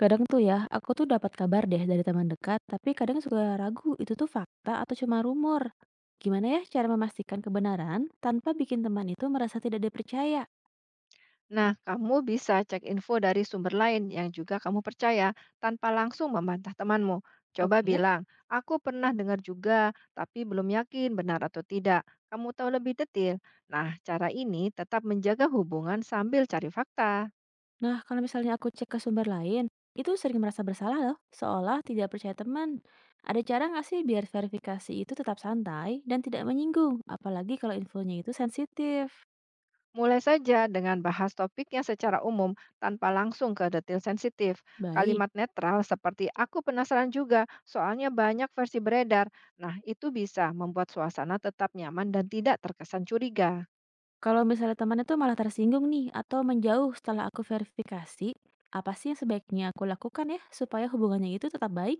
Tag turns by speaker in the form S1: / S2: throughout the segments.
S1: Kadang tuh ya, aku tuh dapat kabar deh dari teman dekat, tapi kadang suka ragu itu tuh fakta atau cuma rumor. Gimana ya cara memastikan kebenaran tanpa bikin teman itu merasa tidak dipercaya?
S2: Nah, kamu bisa cek info dari sumber lain yang juga kamu percaya tanpa langsung membantah temanmu. Coba
S1: Oke.
S2: bilang, aku pernah dengar juga, tapi belum yakin benar atau tidak. Kamu tahu lebih detail. Nah, cara ini tetap menjaga hubungan sambil cari fakta.
S1: Nah, kalau misalnya aku cek ke sumber lain, itu sering merasa bersalah loh, seolah tidak percaya teman. Ada cara nggak sih biar verifikasi itu tetap santai dan tidak menyinggung, apalagi kalau infonya itu sensitif?
S2: Mulai saja dengan bahas topiknya secara umum tanpa langsung ke detail sensitif.
S1: Baik.
S2: Kalimat netral seperti aku penasaran juga, soalnya banyak versi beredar. Nah, itu bisa membuat suasana tetap nyaman dan tidak terkesan curiga.
S1: Kalau misalnya temannya tuh malah tersinggung nih atau menjauh setelah aku verifikasi, apa sih yang sebaiknya aku lakukan ya supaya hubungannya itu tetap baik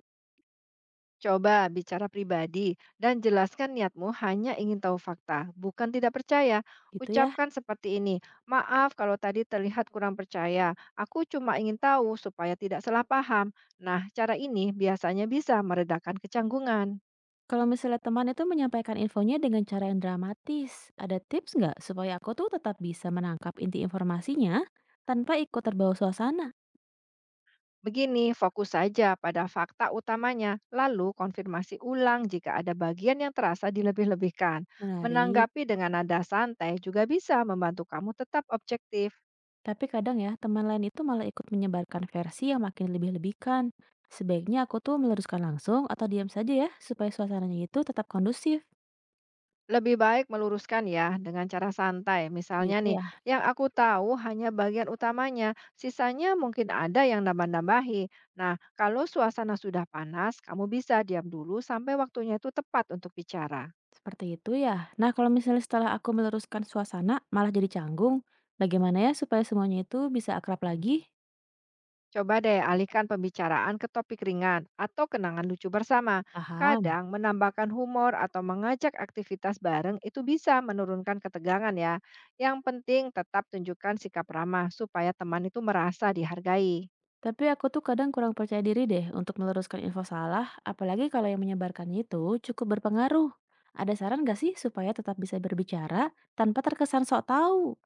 S2: Coba bicara pribadi dan jelaskan niatmu hanya ingin tahu fakta, bukan tidak percaya.
S1: gitu ya?
S2: Ucapkan seperti ini, maaf kalau tadi terlihat kurang percaya, aku cuma ingin tahu supaya tidak salah paham. Nah, cara ini biasanya bisa meredakan kecanggungan.
S1: Kalau misalnya teman itu menyampaikan infonya dengan cara yang dramatis, ada tips nggak supaya aku tuh tetap bisa menangkap inti informasinya tanpa ikut terbawa suasana?
S2: Begini, fokus saja pada fakta utamanya, lalu konfirmasi ulang jika ada bagian yang terasa dilebih-lebihkan.
S1: Menarik.
S2: Menanggapi dengan nada santai juga bisa membantu kamu tetap objektif.
S1: Tapi kadang ya teman lain itu malah ikut menyebarkan versi yang makin lebih-lebihkan. Sebaiknya aku tuh meluruskan langsung atau diam saja ya supaya suasananya itu tetap kondusif
S2: Lebih baik meluruskan ya dengan cara santai. Misalnya
S1: gitu
S2: nih,
S1: ya.
S2: yang aku tahu hanya bagian utamanya, sisanya mungkin ada yang nambah-nambahi. Nah, kalau suasana sudah panas, kamu bisa diam dulu sampai waktunya itu tepat untuk bicara.
S1: Seperti itu ya. Nah, kalau misalnya setelah aku meluruskan suasana, malah jadi canggung, bagaimana ya supaya semuanya itu bisa akrab lagi?
S2: Coba deh alihkan pembicaraan ke topik ringan atau kenangan lucu bersama.
S1: Paham.
S2: Kadang menambahkan humor atau mengajak aktivitas bareng itu bisa menurunkan ketegangan ya. Yang penting tetap tunjukkan sikap ramah supaya teman itu merasa dihargai.
S1: Tapi aku tuh kadang kurang percaya diri deh untuk meluruskan info salah, apalagi kalau yang menyebarkannya itu cukup berpengaruh. Ada saran gak sih supaya tetap bisa berbicara tanpa terkesan sok tahu?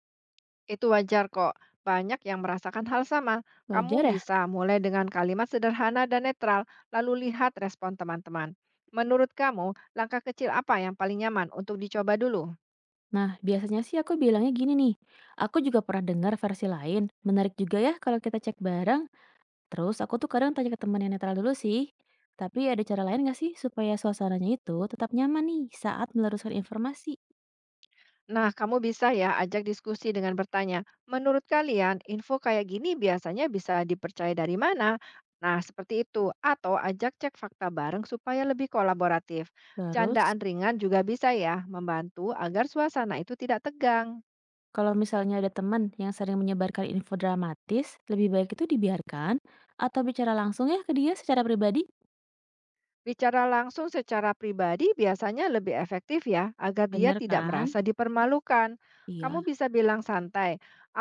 S2: Itu wajar kok. Banyak yang merasakan hal sama. Kamu
S1: Wajar ya?
S2: bisa mulai dengan kalimat sederhana dan netral, lalu lihat respon teman-teman. Menurut kamu, langkah kecil apa yang paling nyaman untuk dicoba dulu?
S1: Nah, biasanya sih aku bilangnya gini nih, aku juga pernah dengar versi lain. Menarik juga ya kalau kita cek bareng. Terus aku tuh kadang tanya ke teman yang netral dulu sih. Tapi ada cara lain gak sih supaya suasananya itu tetap nyaman nih saat meluruskan informasi?
S2: Nah, kamu bisa ya ajak diskusi dengan bertanya, menurut kalian info kayak gini biasanya bisa dipercaya dari mana? Nah, seperti itu. Atau ajak cek fakta bareng supaya lebih kolaboratif.
S1: Terus,
S2: Candaan ringan juga bisa ya, membantu agar suasana itu tidak tegang.
S1: kalau misalnya ada teman yang sering menyebarkan info dramatis, lebih baik itu dibiarkan atau bicara langsung ya ke dia secara pribadi?
S2: Bicara langsung secara pribadi biasanya lebih efektif ya, agar dia
S1: Bener
S2: tidak
S1: kan?
S2: merasa dipermalukan. Kamu
S1: Iya.
S2: bisa bilang santai,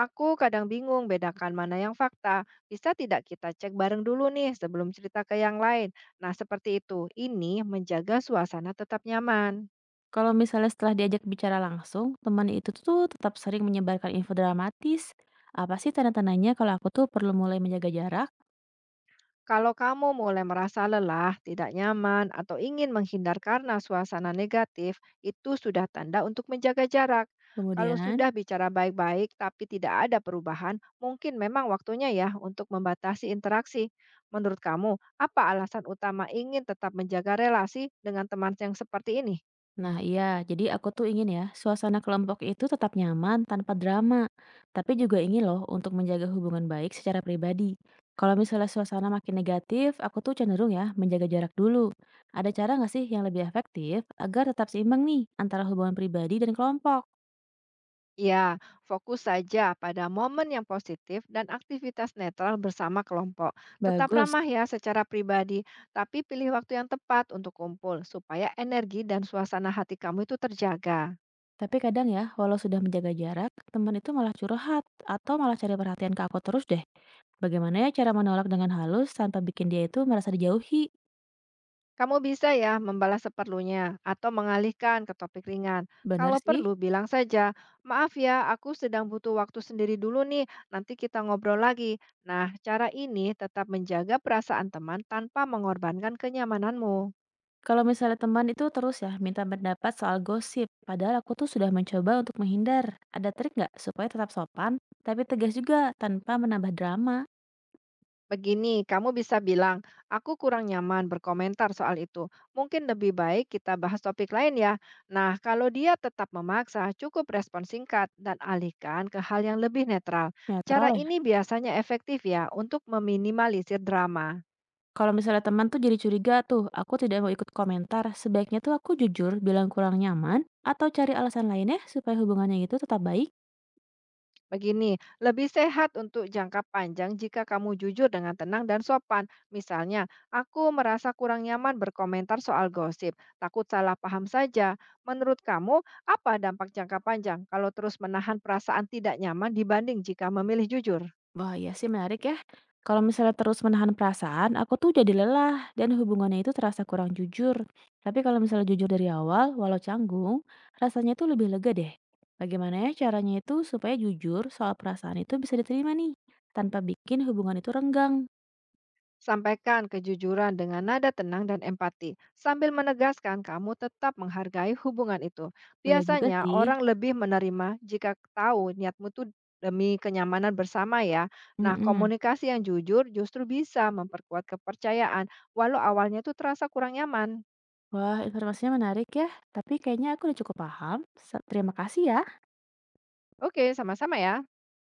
S2: aku kadang bingung bedakan mana yang fakta. Bisa tidak kita cek bareng dulu nih sebelum cerita ke yang lain. Nah, seperti itu. Ini menjaga suasana tetap nyaman.
S1: Kalau misalnya setelah diajak bicara langsung, teman itu tuh tetap sering menyebarkan info dramatis. Apa sih tanda-tandanya kalau aku tuh perlu mulai menjaga jarak?
S2: Kalau kamu mulai merasa lelah, tidak nyaman, atau ingin menghindar karena suasana negatif, itu sudah tanda untuk menjaga jarak. Kalau
S1: Kemudian,
S2: sudah bicara baik-baik tapi tidak ada perubahan, mungkin memang waktunya ya untuk membatasi interaksi. Menurut kamu, apa alasan utama ingin tetap menjaga relasi dengan teman yang seperti ini?
S1: nah, iya, jadi aku tuh ingin ya, suasana kelompok itu tetap nyaman tanpa drama, tapi juga ingin loh untuk menjaga hubungan baik secara pribadi. Kalau misalnya suasana makin negatif, aku tuh cenderung ya menjaga jarak dulu. Ada cara nggak sih yang lebih efektif agar tetap seimbang nih antara hubungan pribadi dan kelompok?
S2: Ya, fokus saja pada momen yang positif dan aktivitas netral bersama kelompok. Tetap
S1: Bagus.
S2: ramah ya secara pribadi, tapi pilih waktu yang tepat untuk kumpul supaya energi dan suasana hati kamu itu terjaga.
S1: Tapi kadang ya, walau sudah menjaga jarak, teman itu malah curhat atau malah cari perhatian ke aku terus deh. Bagaimana ya cara menolak dengan halus tanpa bikin dia itu merasa dijauhi?
S2: Kamu bisa ya membalas seperlunya atau mengalihkan ke topik ringan.
S1: Bener
S2: Kalau
S1: sih.
S2: perlu bilang saja, maaf ya aku sedang butuh waktu sendiri dulu nih, nanti kita ngobrol lagi. Nah, cara ini tetap menjaga perasaan teman tanpa mengorbankan kenyamananmu.
S1: Kalau misalnya teman itu terus ya minta pendapat soal gosip, padahal aku tuh sudah mencoba untuk menghindar. Ada trik nggak supaya tetap sopan, tapi tegas juga tanpa menambah drama?
S2: Begini, kamu bisa bilang, aku kurang nyaman berkomentar soal itu. Mungkin lebih baik kita bahas topik lain ya. Nah, kalau dia tetap memaksa, cukup respon singkat dan alihkan ke hal yang lebih netral. Cara
S1: Netral ya.
S2: ini biasanya efektif ya untuk meminimalisir drama.
S1: Kalau misalnya teman tuh jadi curiga tuh, aku tidak mau ikut komentar. Sebaiknya tuh aku jujur bilang kurang nyaman atau cari alasan lainnya supaya hubungannya itu tetap baik.
S2: Begini, lebih sehat untuk jangka panjang jika kamu jujur dengan tenang dan sopan. Misalnya, aku merasa kurang nyaman berkomentar soal gosip, takut salah paham saja. Menurut kamu, apa dampak jangka panjang kalau terus menahan perasaan tidak nyaman dibanding jika memilih jujur?
S1: Wah, iya sih menarik ya. Kalau misalnya terus menahan perasaan, aku tuh jadi lelah dan hubungannya itu terasa kurang jujur. Tapi kalau misalnya jujur dari awal, walau canggung, rasanya itu lebih lega deh. Bagaimana ya caranya itu supaya jujur soal perasaan itu bisa diterima nih, tanpa bikin hubungan itu renggang.
S2: Sampaikan kejujuran dengan nada tenang dan empati, sambil menegaskan kamu tetap menghargai hubungan itu.
S1: Boleh juga
S2: Biasanya
S1: sih.
S2: orang lebih menerima jika tahu niatmu itu demi kenyamanan bersama ya. Nah,
S1: Mm-mm.
S2: komunikasi yang jujur justru bisa memperkuat kepercayaan, walau awalnya itu terasa kurang nyaman.
S1: Wah, informasinya menarik ya. Tapi kayaknya aku udah cukup paham. Terima kasih ya.
S2: Oke, sama-sama ya.